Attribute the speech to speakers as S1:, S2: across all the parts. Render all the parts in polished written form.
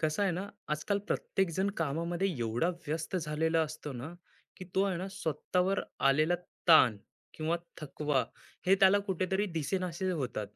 S1: कसं आहे ना, आजकाल प्रत्येक जण कामामध्ये एवढा व्यस्त झालेला असतो ना, की तो आहे ना स्वतःवर आलेला ताण किंवा थकवा हे त्याला कुठेतरी दिसेनासे होतात.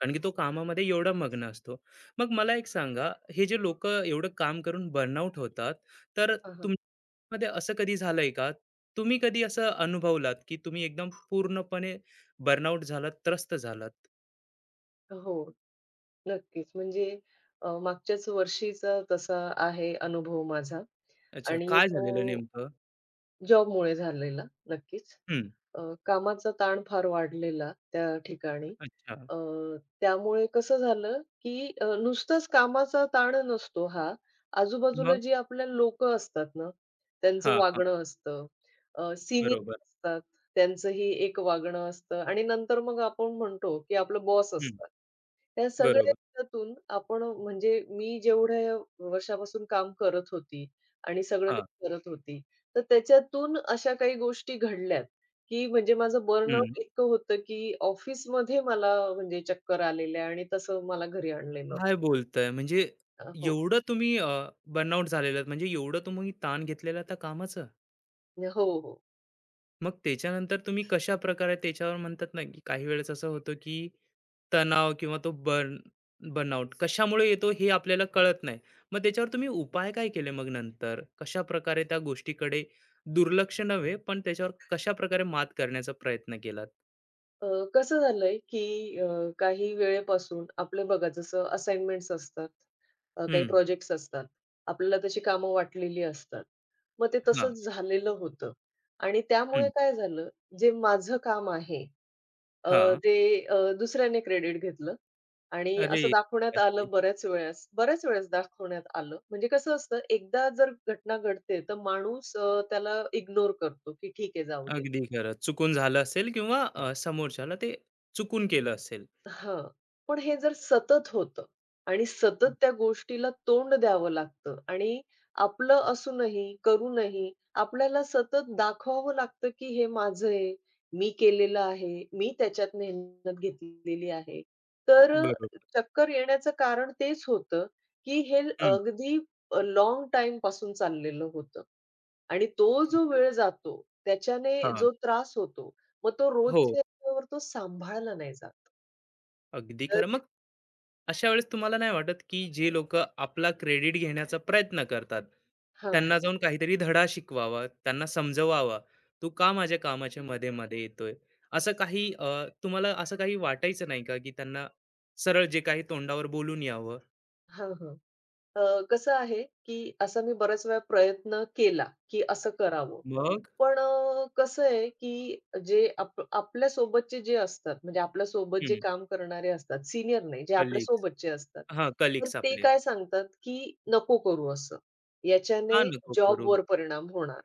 S1: कारण की तो कामामध्ये एवढा मग्न असतो. मग मला एक सांगा, हे जे लोक एवढं काम करून बर्नआउट होतात, तर
S2: हां, हां.
S1: तुमच्यामध्ये असं कधी झालंय का? तुम्ही कधी असं अनुभवलात, की तुम्ही एकदम पूर्णपणे बर्नआउट झालात, त्रस्त झालात?
S2: हो, नक्कीच. म्हणजे मागच्याच वर्षीचा तसा आहे अनुभव माझा.
S1: अच्छा,
S2: आणि
S1: काय
S2: तो
S1: झालेलं नेमकं?
S2: जॉबमुळे झालेला नक्कीच.
S1: हं.
S2: अ, कामाचा ताण फार वाढलेला त्या ठिकाणी.
S1: अच्छा.
S2: अ, त्यामुळे कसं झालं, की नुसताच कामाचा ताण नसतो हा. आजूबाजूला
S1: मग?
S2: जी आपल्या लोक असतात ना, त्यांचं
S1: हां, हां.
S2: वागणं असतं.
S1: बरोबर.
S2: सीनियर असतात, त्यांचंही एक वागणं असतं आणि नंतर मग आपण म्हणतो, की आपलं बॉस
S1: हं.
S2: असतात. त्या सगळ्या
S1: बरोबर.
S2: ह्याच्यातून आपण म्हणजे मी जेवढ्या वर्षापासून काम करत होती आणि सगळं
S1: हां.
S2: काही करत होती. तर त्याच्यातून अशा काही गोष्टी घडल्यात, की म्हणजे माझं
S1: हं.
S2: बर्नआउट इतकं होतं, की ऑफिसमध्ये मला म्हणजे चक्कर आलेल्या आणि तसं मला घरी आणलेलं.
S1: काय बोलताय? म्हणजे
S2: हो.
S1: एवढं तुम्ही बर्नआउट झालेलात म्हणजे एवढं तुम्ही ताण घेतलेला त्या कामाचं.
S2: हो, हो.
S1: मग त्याच्यानंतर तुम्ही कशाप्रकारे त्याच्यावर म्हणतात ना, की काही वेळेस असं होतं, की तणाव किंवा तो बर्नआउट कशामुळे येतो हे आपल्याला कळत नाही. मग त्याच्यावर तुम्ही उपाय काय केले मग नंतर? कशाप्रकारे त्या गोष्टीकडे दुर्लक्ष नव्हे, पण त्याच्यावर कशाप्रकारे मात करण्याचा प्रयत्न केलात?
S2: अ, कसं झालंय, की काही वेळेपासून आपलं बघा जसं असाइनमेंट्स असतात, काही
S1: हं.
S2: प्रोजेक्ट्स असतात. आपल्याला तशी कामं वाटलेली असतात. मग ते
S1: हां.
S2: तसंच झालेलं होतं आणि त्यामुळे
S1: हं.
S2: काय झालं, जे माझं काम आहे, अ,
S1: हां.
S2: ते दुसऱ्याने क्रेडिट घेतलं आणि असं
S1: अरे!
S2: दाखवण्यात आलं बऱ्याच वेळेस, बऱ्याच वेळेस दाखवण्यात आलं. म्हणजे कसं असतं, एकदा जर घटना घडते, तर माणूस त्याला इग्नोर करतो, की ठीक आहे जाऊ दे.
S1: अगदी खरं. चुकून झालं असेल किंवा समोरच्याला ते चुकून केलं असेल.
S2: हां. पण हे जर सतत होतं आणि सतत त्या गोष्टीला तोंड द्यावं लागतं आणि आपलं असूनही, करूनही आपल्याला सतत दाखवावं लागतं, की हे माझं आहे, मी केलेलं आहे, मी त्याच्यात मेहनत घेतलेली आहे. तर
S1: बरोबर.
S2: चक्कर येण्याचं कारण तेच होतं, की हे
S1: हं.
S2: अगदी लाँग टाईमपासून चाललेलं होतं. आणि तो जो वेळ जातो, त्याच्याने
S1: हां.
S2: जो त्रास होतो, मग तो
S1: हो,
S2: रोजच्या याच्यावर तो सांभाळला नाही जात.
S1: अगदी खरं. मग अशा वेळेस तुम्हाला नाही वाटत, की जे लोकं आपला क्रेडिट घेण्याचा प्रयत्न करतात,
S2: हां, हां.
S1: त्यांना जाऊन काहीतरी धडा शिकवावा, त्यांना समजवावा, "तू का माझ्या कामाच्या मध्ये-मध्ये येतोय?" असं काही अ, तुम्हाला असं काही वाटायचं नाही का, की त्यांना सरळ जे काही तोंडावर बोलून यावं?
S2: हां, अ, कसं आहे, की असा मी बऱ्याच वेळा प्रयत्न केला, की असं करावं.
S1: मग?
S2: पण कसं आहे, की जे आपल्यासोबतचे जे असतात, म्हणजे आपल्यासोबत जे
S1: हं.
S2: काम करणारे असतात, सीनियर नाही, जे
S1: कलीग्स.
S2: आपल्यासोबतचे असतात,
S1: हां,
S2: तर ते
S1: आपले.
S2: काय सांगतात, की नको करू असं.
S1: "का
S2: याच्याने
S1: नको करू?"
S2: जॉबवर परिणाम होणार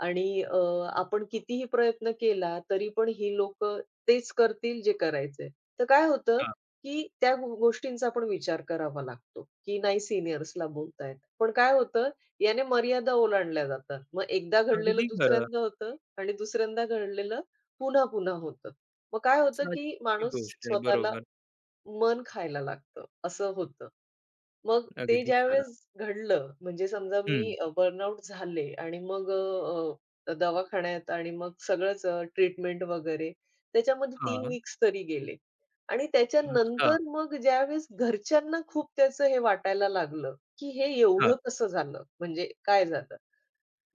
S2: आणि आपण कितीही प्रयत्न केला, तरी पण ही लोकं तेच करतील जे करायचंय. तर काय होतं की त्या गोष्टींचा पण विचार करावा लागतो, की नाही सीनियर्सला बोलतायत. पण काय होतं, याने मर्यादा ओलांडल्या जातात. मग एकदा घडलेलं
S1: अगदी खरं.
S2: दुसऱ्यांदा होतं आणि दुसऱ्यांदा घडलेलं पुन्हा-पुन्हा होतं. मग काय होतं, की
S1: साहजिक
S2: माणूस
S1: गोष्ट आहे.
S2: स्वतःला
S1: बरोबर.
S2: मन खायला लागतं, असं होतं. मग ते
S1: अगदी खरं.
S2: ज्यावेळेस घडलं, म्हणजे समजा
S1: हं.
S2: मी बर्नआउट झाले आणि मग अ, अ, दवाखान्यात आणि मग सगळंच ट्रीटमेंट वगैरे त्याच्यामध्ये तीन
S1: हां.
S2: वीक्स तरी गेले. आणि
S1: अच्छा.
S2: त्याच्यानंतर मग ज्यावेळेस घरच्यांना खूप त्याचं हे वाटायला लागलं, की हे
S1: हां.
S2: एवढं कसं झालं? म्हणजे काय झालं?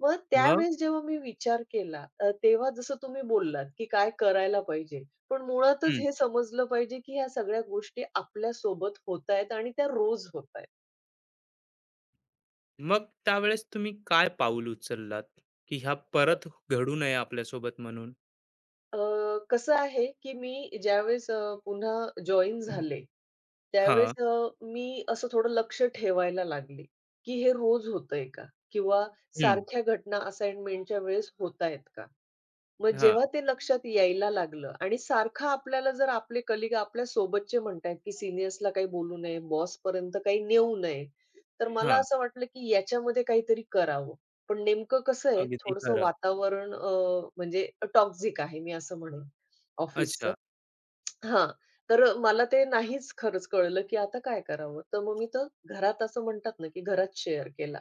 S2: मग
S1: मग?
S2: त्यावेळेस जेव्हा मी विचार केला, तेव्हा जसं तुम्ही बोललात, की काय करायला पाहिजे. पण मुळातच
S1: हं.
S2: हे समजलं पाहिजे, की ह्या सगळ्या गोष्टी आपल्यासोबत होतायत आणि त्या रोज होतायत.
S1: मग त्यावेळेस तुम्ही काय पाऊल उचललात, की ह्या परत घडू नये आपल्यासोबत म्हणून?
S2: अ, कसं आहे, की मी ज्यावेळेस पुन्हा जॉइन झाले,
S1: हां.
S2: त्यावेळेस मी असं थोडं लक्ष ठेवायला लागले, की हे रोज होतंय का? किंवा
S1: हं.
S2: सारख्या घटना असाइनमेंटच्या वेळेस होतायत का? मग
S1: हां,
S2: जेव्हा ते लक्षात यायला लागलं आणि सारखं आपल्याला जर आपले कलीग आपल्या सोबतचे म्हणतायत, की सीनियर्सला काही बोलू नये, बॉसपर्यंत काही नेऊ नये. तर मला
S1: हां.
S2: असं वाटलं, की याच्यामध्ये काहीतरी करावं. पण नेमकं कसं आहे
S1: अगदी
S2: थोडंसं
S1: खरं.
S2: वातावरण म्हणजे टॉक्सिक आहे मी असं म्हणेन
S1: अच्छा.
S2: ऑफिसचं. हां. तर मला ते नाहीच खरंच कळलं, की आता काय करावं? तर मग मी तर घरात असं म्हणतात ना, की घरात शेअर केला.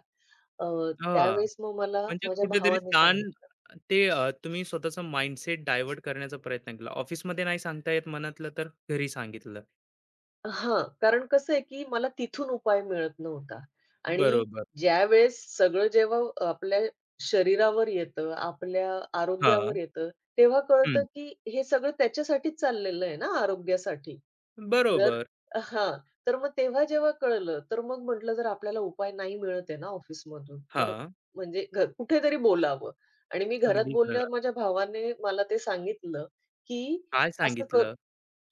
S2: अ,
S1: हां.
S2: त्यावेळेस मग मला
S1: म्हणजे
S2: माझ्या
S1: कुठेतरी
S2: भावाने
S1: ताण
S2: सांगितलं.
S1: ते तुम्ही स्वतःचा माइंडसेट डायव्हर्ट करण्याचा प्रयत्न केला. ऑफिसमध्ये नाही सांगता येत मनातलं तर घरी सांगितलं.
S2: हां, कारण कसं आहे, की मला तिथून उपाय मिळत नव्हता आणि
S1: बरोबर.
S2: ज्यावेळेस सगळं जेव्हा आपल्या शरीरावर येतं, आपल्या
S1: हां.
S2: आरोग्यावर येतं, तेव्हा
S1: हं.
S2: कळतं, की हे सगळं त्याच्यासाठीच चाललेलं आहे ना आरोग्यासाठी. तर
S1: बरोबर.
S2: हां, तर मग तेव्हा जेव्हा कळलं, तर मग म्हटलं जर आपल्याला उपाय नाही मिळत आहे ना ऑफिसमधून, तर
S1: हां.
S2: म्हणजे कुठेतरी बोलावं आणि मी घरात
S1: अगदी
S2: बोलल्यावर
S1: खरं.
S2: माझ्या भावाने मला ते सांगितलं, की
S1: काय
S2: असं
S1: सांगितलं?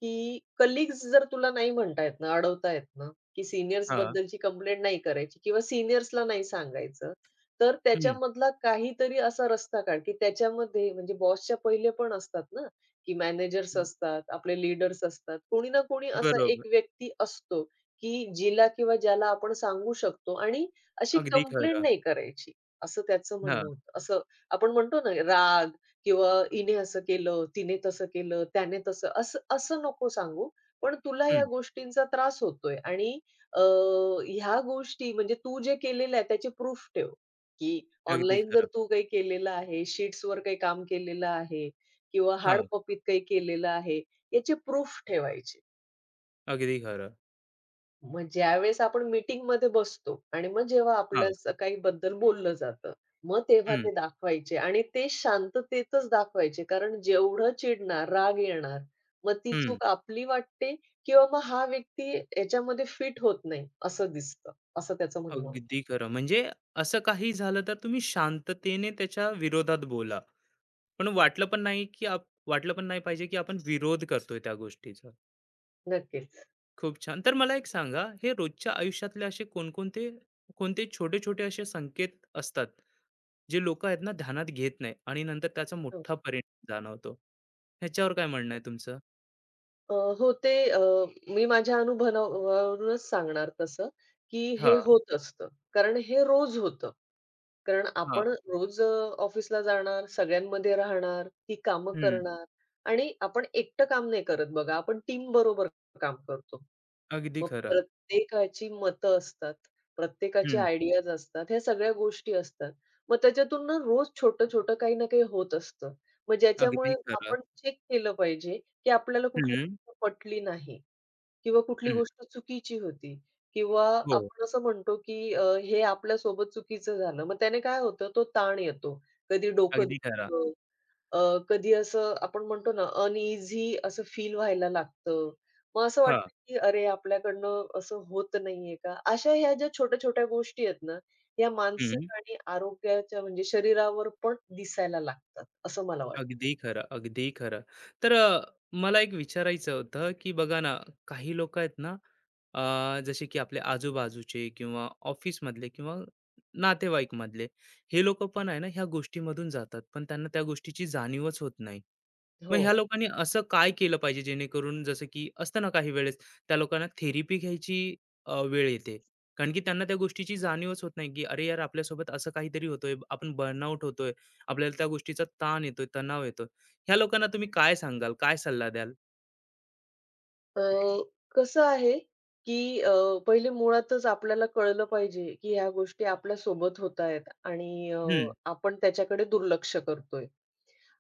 S2: की कलीग्स जर तुला नाही म्हणतायत ना, अडवतायत ना, की
S1: हां.
S2: सीनियर्सबद्दलची कंप्लेंट नाही करायची किंवा सीनियर्सला नाही सांगायचं. तर
S1: हं.
S2: त्याच्यामधला काहीतरी असा रस्ता काढ, की त्याच्यामध्ये म्हणजे बॉसच्या पहिले पण असतात ना, की मॅनेजर्स असतात, आपले लीडर्स असतात. कोणी ना कोणी असा
S1: बरोबर.
S2: एक व्यक्ती असतो, की जिला किंवा ज्याला आपण सांगू शकतो आणि अशी
S1: अगदी
S2: कंप्लेंट
S1: खरं.
S2: नाही करायची, असं त्याचं
S1: हां.
S2: म्हणणं होतं. असं आपण म्हणतो ना राग किंवा "हिने असं केलं, तिने तसं केलं, त्याने तसं." असं असं नको सांगू, पण तुला या
S1: हं.
S2: गोष्टींचा त्रास होतोय आणि अ, ह्या गोष्टी म्हणजे तू जे केलेलं आहे त्याची प्रूफ ठेव, की
S1: अगदी
S2: ऑनलाईन जर
S1: खरं.
S2: तू काही केलेलं आहे, शीट्सवर काही काम केलेलं आहे किंवा हार्ड
S1: हां.
S2: कॉपीत काही केलेलं आहे, याची प्रूफ ठेवायची.
S1: अगदी खरं.
S2: मग ज्यावेळेस आपण मीटिंगमध्ये बसतो आणि मग जेव्हा आपल्या
S1: हां.
S2: काही बद्दल बोललं जातं, मग तेव्हा
S1: हं.
S2: ते दाखवायचे आणि ते शांततेतच दाखवायचे. कारण जेवढं चिडणार, राग येणार, मग ती
S1: हं.
S2: चूक आपली वाटते किंवा मग हा व्यक्ती याच्यामध्ये फिट होत नाही असं दिसतं, असं त्याचं म्हणणं होतं.
S1: अगदी खरं. म्हणजे असं काही झालं तर तुम्ही शांततेने त्याच्या विरोधात बोला. पण वाटलं पण नाही, की वाटलं पण नाही पाहिजे, की आपण विरोध करतोय त्या गोष्टीचा.
S2: नक्कीच.
S1: खूप छान. तर मला एक सांगा, हे रोजच्या आयुष्यातले असे कोणते छोटे-छोटे असे संकेत असतात, जे लोकं आहेत ना ध्यानात घेत नाही आणि नंतर त्याचा
S2: हो.
S1: मोठा परिणाम जाणवतो? ह्याच्यावर काय म्हणणं आहे तुमचं?
S2: हो, ते मी माझ्या अनुभवावरूनच सांगणार तसं, की
S1: हां,
S2: हे होत असतं. कारण हे रोज होतं. कारण
S1: हां.
S2: आपण रोज ऑफिसला जाणार, सगळ्यांमध्ये राहणार, ती कामं
S1: हं.
S2: करणार आणि आपण एकटं काम नाही करत बघा. आपण टीम बरोबर काम करतो.
S1: अगदी
S2: मग
S1: खरं.
S2: प्रत्येकाची मतं असतात, प्रत्येकाचे
S1: हं.
S2: आयडियाज असतात. ह्या सगळ्या गोष्टी असतात. मग त्याच्यातून ना रोज छोटं-छोटं काही ना काही होत असतं. मग ज्याच्यामुळे
S1: अगदी खरं.
S2: आपण चेक केलं पाहिजे, की आपल्याला कुठली
S1: हं,
S2: गोष्ट पटली नाही. किंवा कुठली
S1: हं.
S2: गोष्ट चुकीची होती किंवा
S1: हो.
S2: आपण असं म्हणतो, की हे आपल्यासोबत चुकीचं झालं. मग त्याने काय होतं, तो ताण येतो. कधी डोकं
S1: अगदी खरं.
S2: दुखतं, अ, कधी असं आपण म्हणतो ना, अनइझी असं फील व्हायला लागतं. मग असं
S1: हां.
S2: वाटतं, की अरे आपल्याकडनं असं होत नाहीये का? अशा ह्या ज्या छोट्या-छोट्या गोष्टी आहेत ना, या
S1: हं.
S2: मानसिक आणि आरोग्याच्या म्हणजे शरीरावर पण दिसायला लागतात, असं मला वाटतं.
S1: अगदी खरं, अगदी खरं. तर मला एक विचारायचं होतं, की बघा ना, काही लोकं आहेत ना, जसे की आपले आजूबाजूचे किंवा ऑफिसमधले किंवा नातेवाईकमधले, हे लोकं पण आहे ना, ह्या गोष्टीमधून जातात, पण त्यांना त्या गोष्टीची जाणीवच होत नाही. मग
S2: हो.
S1: ह्या लोकांनी असं काय केलं पाहिजे जेणेकरून जसं की असतं ना काही वेळेस त्या लोकांना थेरपी घ्यायची वेळ येते. कारण की त्यांना त्या गोष्टीची जाणीवच होत नाही, की अरे यार आपल्यासोबत असं काहीतरी होतोय, आपण बर्नआउट होतोय, आपल्याला त्या गोष्टीचा ताण येतोय, तणाव येतोय. ह्या लोकांना तुम्ही काय सांगाल? काय सल्ला द्याल?
S2: अ, कसं आहे, की अ, पहिले मुळातच आपल्याला कळलं पाहिजे, की ह्या गोष्टी आपल्यासोबत होतायत आणि
S1: हं.
S2: आपण त्याच्याकडे दुर्लक्ष करतोय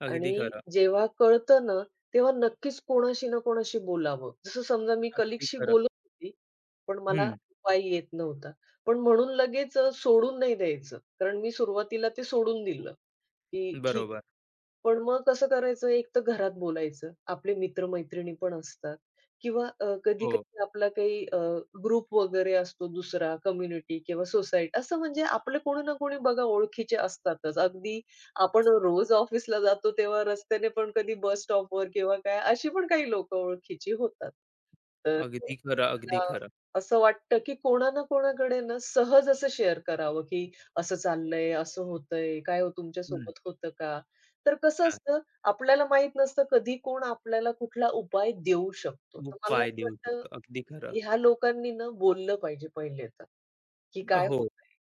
S1: अगदी
S2: आणि
S1: खरं,
S2: जेव्हा कळतं ना, तेव्हा नक्कीच कोणाशी ना कोणाशी बोलावं. जसं समजा मी
S1: अगदी
S2: कलीगशी
S1: खरं.
S2: बोलत होती, पण मला
S1: हं.
S2: उपाय येत नव्हता. पण म्हणून लगेच सोडून नाही द्यायचं. कारण मी सुरुवातीला ते सोडून दिलं, की ठीक.
S1: बरोबर.
S2: पण मग कसं करायचं, एक तर घरात बोलायचं. आपले मित्र-मैत्रिणी पण असतात किंवा
S1: हो,
S2: कधी-कधी आपला काही ग्रुप वगैरे असतो दुसरा कम्युनिटी किंवा सोसायटी असं म्हणजे आपले कोणी ना कोणी बघा ओळखीचे असतातच. अगदी आपण रोज ऑफिसला जातो तेव्हा रस्त्याने पण कधी बस स्टॉपवर किंवा काय अशी पण काही लोकं ओळखीची होतात. तर
S1: अगदी खरं, अगदी
S2: मला
S1: खरं.
S2: असं वाटतं, की कोणा ना कोणाकडे ना सहज असं शेअर करावं, की असं चाललंय, असं होतंय, काय हो
S1: हं.
S2: तुमच्यासोबत होतं का? तर कसं
S1: हां.
S2: असतं, आपल्याला माहीत नसतं कधी कोण आपल्याला कुठला उपाय देऊ शकतो. तर मला
S1: उपाय
S2: असं
S1: देऊ
S2: वाटतं
S1: शकतो. अगदी खरं.
S2: ह्या लोकांनी ना बोललं पाहिजे पहिले तर, की काय
S1: हो.
S2: होतंय?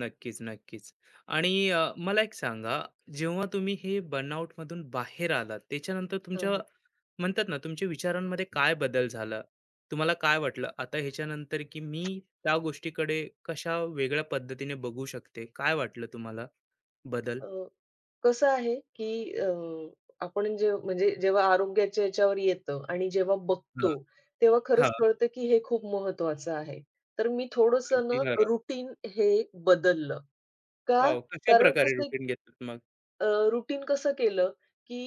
S1: नक्कीच, नक्कीच. आणि मला एक सांगा, जेव्हा तुम्ही हे बर्नआउटमधून बाहेर आलात, त्याच्यानंतर
S2: हां,
S1: तुमच्या
S2: हां.
S1: म्हणतात ना, तुमच्या विचारांमध्ये काय बदल झाला? तुम्हाला काय वाटलं, आता ह्याच्यानंतर की मी त्या गोष्टीकडे कशा वेगळ्या पद्धतीने बघू शकते? काय वाटलं तुम्हाला बदल?
S2: अ, कसं आहे, की अ, आपण जे म्हणजे जेव्हा आरोग्याच्या याच्यावर येतं आणि जेव्हा
S1: हां,
S2: बघतो, तेव्हा खरंच
S1: हां.
S2: कळतं की हे खूप महत्वाचं आहे. तर मी थोडंसं
S1: अगदी
S2: ना
S1: खरं.
S2: रुटीन हे बदललं. का?
S1: वॉव!
S2: कारण
S1: कशाप्रकारे
S2: कसं
S1: रुटीन घेतात मग?
S2: रुटीन कसं केलं, की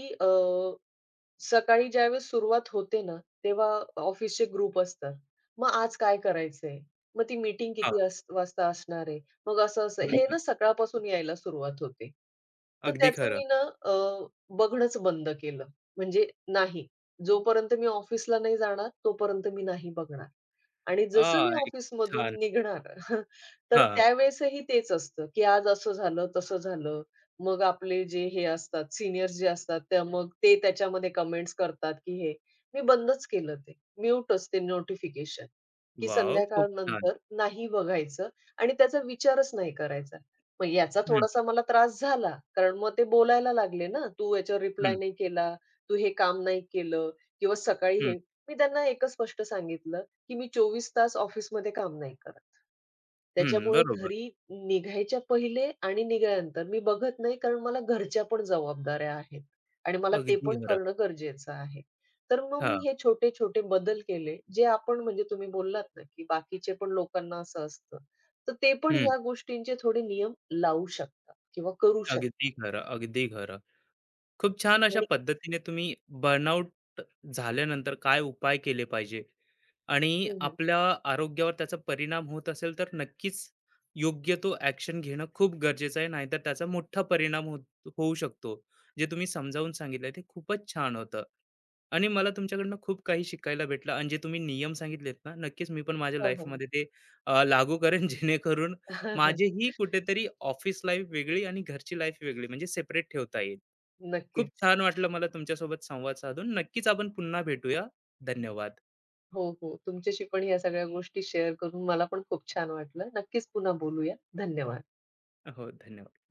S2: सकाळी ज्यावेळेस सुरुवात होते ना, तेव्हा ऑफिसचे ग्रुप असतात. मग आज काय करायचंय? मग ती मीटिंग
S1: हां,
S2: किती वाजता असणार आहे? मग असं-असं हे
S1: बरोबर.
S2: ना सकाळपासून यायला सुरुवात होते. तर
S1: अगदी
S2: त्याचं
S1: खरं.
S2: मी ना अ, बघणंच बंद केलं. म्हणजे नाही, जोपर्यंत मी ऑफिसला नाही जाणार, तोपर्यंत मी नाही बघणार. आणि जसं
S1: आ,
S2: मी
S1: एक छान.
S2: ऑफिसमधून निघणार, तर
S1: हां.
S2: त्यावेळेसही तेच असतं, की आज असं झालं, तसं झालं. मग आपले जे हे असतात, सीनियर्स जे असतात, त्या मग ते त्याच्यामध्ये कमेंट्स करतात, की हे मी बंदच केलं ते. म्यूटच ते नोटिफिकेशन, की
S1: वॉव! खूप छान.
S2: संध्याकाळनंतर नाही बघायचं आणि त्याचा विचारच नाही करायचा. मग याचा
S1: हं,
S2: थोडासा मला त्रास झाला, कारण मग ते बोलायला लागले ना, "तू याच्यावर
S1: हं,
S2: रिप्लाय नाही केला, तू हे काम नाही केलं" किंवा सकाळी
S1: हं,
S2: हे मी त्यांना एकच स्पष्ट सांगितलं, की मी 24 तास ऑफिसमध्ये काम नाही करत.
S1: हं.
S2: त्याच्यामुळे
S1: बरोबर.
S2: घरी निघायच्या पहिले आणि निघाल्यानंतर मी बघत नाही कारण मला घरच्या पण जबाबदाऱ्या आहेत आणि मला ते
S1: अगदी
S2: पण
S1: खरं.
S2: करणं गरजेचं आहे. तर मग मी
S1: हां.
S2: हे छोटे-छोटे बदल केले, जे आपण म्हणजे तुम्ही बोललात ना, की बाकीचे पण लोकांना असं असतं. तर ते पण
S1: हं.
S2: ह्या गोष्टींचे थोडे नियम लावू शकतात किंवा करू
S1: अगदी
S2: शकतात
S1: खरं, अगदी खरं. खूप छान अशा
S2: आणि
S1: पद्धतीने तुम्ही बर्नआउट झाल्यानंतर काय उपाय केले पाहिजे आणि
S2: हं, हं.
S1: आपल्या आरोग्यावर त्याचा परिणाम होत असेल तर नक्कीच योग्य तो ॲक्शन घेणं खूप गरजेचं आहे. नाहीतर त्याचा मोठा परिणाम होऊ शकतो. जे तुम्ही समजावून सांगितलं ते खूपच छान होतं. आणि मला तुमच्याकडनं खूप काही शिकायला भेटलं आणि जे तुम्ही नियम सांगितलेत ना, नक्कीच मी पण माझ्या
S2: हां, हां.
S1: लाईफमध्ये ते लागू करेन जेणेकरून माझीही कुठेतरी ऑफिस लाईफ वेगळी आणि घरची लाईफ वेगळी म्हणजे सेपरेट ठेवता येईल. खूप
S2: नक्कीच.
S1: छान वाटलं मला तुमच्यासोबत संवाद साधून. नक्कीच आपण पुन्हा भेटूया. धन्यवाद.
S2: हो, हो. तुमच्याशी पण या सगळ्या गोष्टी शेअर करून मला पण खूप छान वाटलं. नक्कीच पुन्हा बोलूया. धन्यवाद.
S1: हो, धन्यवाद.